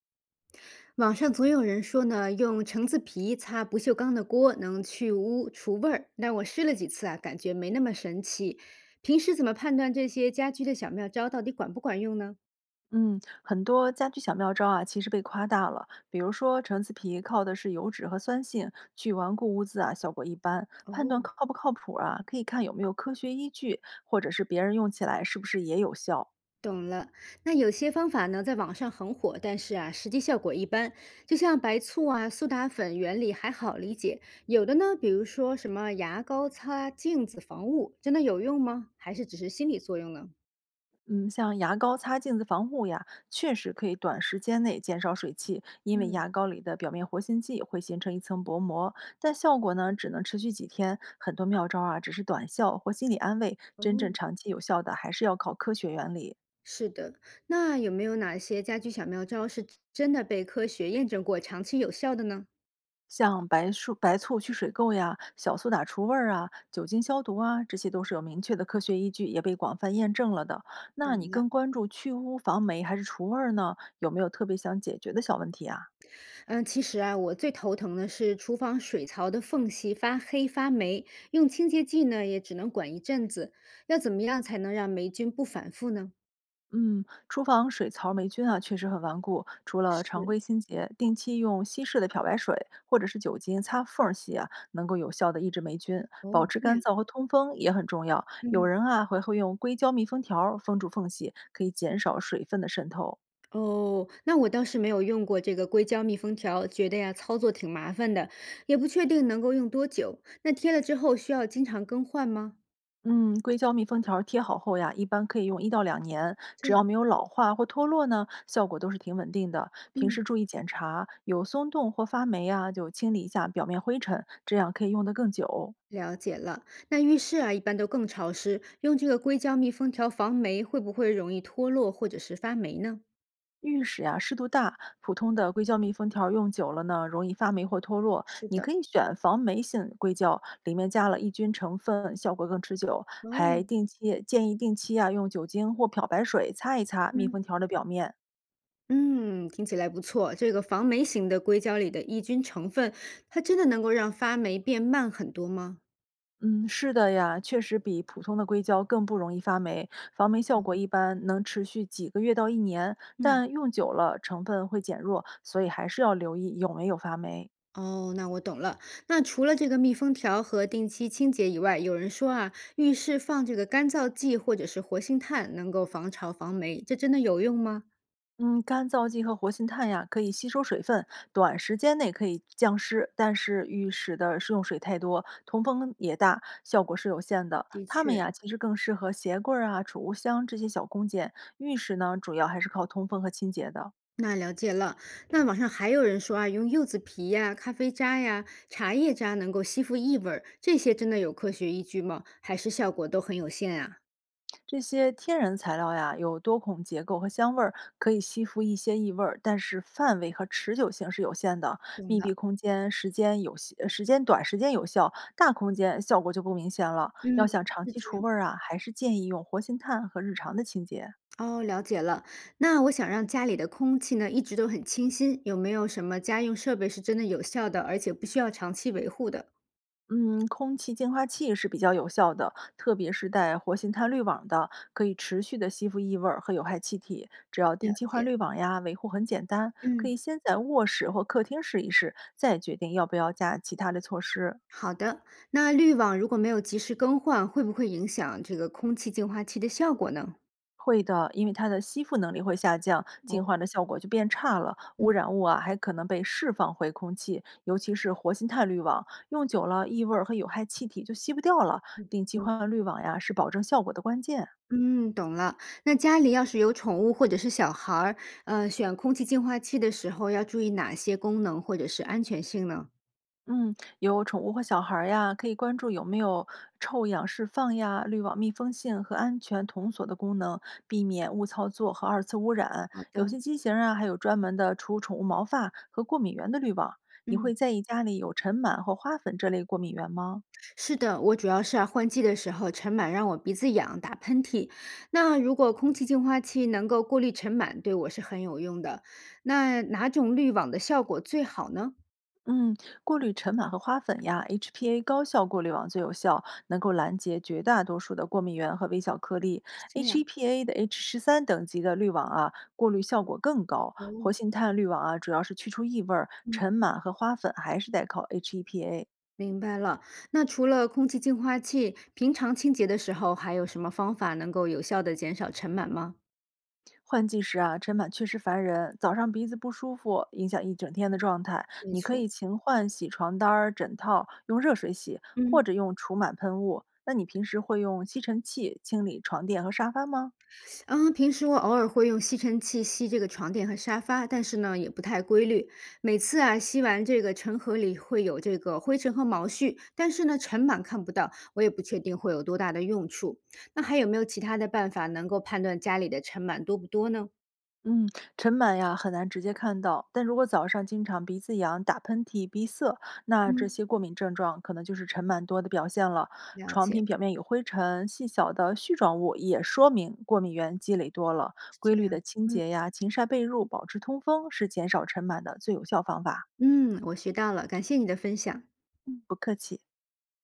网上总有人说呢，用橙子皮擦不锈钢的锅能去污除味儿，但我试了几次啊，感觉没那么神奇。平时怎么判断这些家居的小妙招到底管不管用呢？嗯，很多家居小妙招啊，其实被夸大了。比如说，橙子皮靠的是油脂和酸性，去顽固污渍啊，效果一般。判断哦，靠不靠谱啊，可以看有没有科学依据，或者是别人用起来是不是也有效。懂了。那有些方法呢，在网上很火，但是啊，实际效果一般。就像白醋啊、苏打粉原理还好理解，有的呢，比如说什么牙膏擦镜子防雾，真的有用吗？还是只是心理作用呢？嗯，像牙膏擦镜子防护呀，确实可以短时间内减少水汽，因为嗯，牙膏里的表面活性剂会形成一层薄膜，但效果呢只能持续几天。很多妙招啊，只是短效或心理安慰，真正哦，长期有效的还是要靠科学原理。是的，那有没有哪些家居小妙招是真的被科学验证过长期有效的呢？像白醋、白醋去水垢呀、小苏打除味儿啊、酒精消毒啊，这些都是有明确的科学依据，也被广泛验证了的。那你懂了，更关注去污、防霉还是除味儿呢？有没有特别想解决的小问题啊？嗯，其实啊，我最头疼的是厨房水槽的缝隙发黑发霉，用清洁剂呢也只能管一阵子，要怎么样才能让霉菌不反复呢？嗯，厨房水槽霉菌啊确实很顽固，除了常是，规清洁，定期用稀释的漂白水或者是酒精擦缝儿洗啊，能够有效的抑制霉菌，哦，保持这干样，燥和通风也很重要。有嗯，人啊还会用硅胶密封条儿封住缝隙，可以减少水分的渗透。哦，那我倒是没有用过这个硅胶密封条，觉得呀操作挺麻烦的，也不确定能够用多久。那贴了之后需要经常更换吗？嗯，硅胶密封条儿贴好后呀，一般可以用一到两年，这只要样，没有老化或脱落呢，效果都是挺稳定的。平时嗯。注意检查，有松动或发霉啊，就清理一下表面灰尘，这样可以用得更久。了解了。那浴室啊，一般都更潮湿，用这个硅胶密封条防霉，会不会容易脱落或者是发霉呢？浴室呀，湿度大，普通的硅胶密封条儿用久了呢，容易发霉或脱落。是你可的，以选防霉性硅胶，里面加了抑菌成分，效果更持久。还哦，定期建议定期啊，用酒精或漂白水擦一擦密嗯封条儿的表面。嗯，听起来不错。这个防霉型的硅胶里的抑菌成分，它真的能够让发霉变慢很多吗？嗯，是的呀，确实比普通的硅胶更不容易发霉，防霉效果一般能持续几个月到一年，嗯，但用久了成分会减弱，所以还是要留意有没有发霉。哦，那我懂了。那除了这个密封条和定期清洁以外，有人说啊，浴室放这个干燥剂或者是活性炭能够防潮防霉，这真的有用吗？嗯，干燥剂和活性炭呀，可以吸收水分，短时间内可以降湿，但是浴室的食用水太多，通风也大，效果是有限的。的它们确。呀，其实更适合鞋柜儿啊、储物箱这些小空间，浴室呢，主要还是靠通风和清洁的。那了解了。那网上还有人说啊，用柚子皮呀、咖啡渣呀、茶叶渣能够吸附异味儿，这些真的有科学依据吗？还是效果都很有限啊？这些天然材料呀，有多孔结构和香味儿，可以吸附一些异味儿，但是范围和持久性是有限的。懂密了，闭空间时间有效，时间短，时间有效；大空间效果就不明显了。要嗯，想长是期这除样。味儿啊，还是建议用活性炭和日常的清洁。哦，了解了。那我想让家里的空气呢一直都很清新，有没有什么家用设备是真的有效的，而且不需要长期维护的？嗯，空气净化器是比较有效的，特别是带活性炭滤网的，可以持续的吸附异味儿和有害气体。只要了定期换解。滤网呀，维护很简单，可嗯，以先在卧室或客厅试一试，再决定要不要加其他的措施。好的。那滤网如果没有及时更换，会不会影响这个空气净化器的效果呢？会的，因为它的吸附能力会下降，哦，净化的效果就变差了，污嗯。染物啊还可能被释放回空气，尤其是活性炭滤网，用久了异味儿和有害气体就吸不掉了。定期换滤网呀，是保证效果的关键。嗯，懂了。那家里要是有宠物或者是小孩儿，选空气净化器的时候要注意哪些功能或者是安全性呢？嗯，有宠物或小孩儿呀，可以关注有没有臭氧释放呀、滤网密封性和安全童锁的功能，避免误操作和二次污染。好有的，些机型儿啊，还有专门的除宠物毛发和过敏源的滤网。你会嗯，在意家里有尘螨或花粉这类过敏源吗？是的，我主要是啊，换季的时候尘螨让我鼻子痒，打喷嚏。那如果空气净化器能够过滤尘螨，对我是很有用的。那哪种滤网的效果最好呢？嗯，过滤尘螨和花粉呀，HPA 高效过滤网最有效，能够拦截绝大多数的过敏原和微小颗粒。是这样，HEPA 的 H13等级的滤网啊，过滤效果更高。活哦，性炭滤网啊，主要是去除异味儿，嗯，尘螨和花粉还是得靠 HEPA。明白了。那除了空气净化器，平常清洁的时候还有什么方法能够有效的减少尘螨吗？换季时啊，尘螨确实烦人，早上鼻子不舒服，影响一整天的状态。没你可错，以勤换洗床单儿、枕套，用热水洗，或嗯，者用除螨喷雾。那你平时会用吸尘器清理床垫和沙发吗？啊，平时我偶尔会用吸尘器吸这个床垫和沙发，但是呢，也不太规律。每次啊，吸完这个尘盒里会有这个灰尘和毛絮，但是呢，尘螨看不到，我也不确定会有多大的用处。那还有没有其他的办法能够判断家里的尘螨多不多呢？嗯，尘螨呀很难直接看到，但如果早上经常鼻子痒、打喷嚏、鼻塞，那这嗯，些过敏症状可能就是尘螨多的表现了。了床解，品表面有灰尘、细小的絮状物，也说明过敏源积累多了。是规这律样。的清嗯洁呀、勤晒被褥、保持通风是减少尘螨的最有效方法。嗯，我学到了，感谢你的分享。嗯，不客气。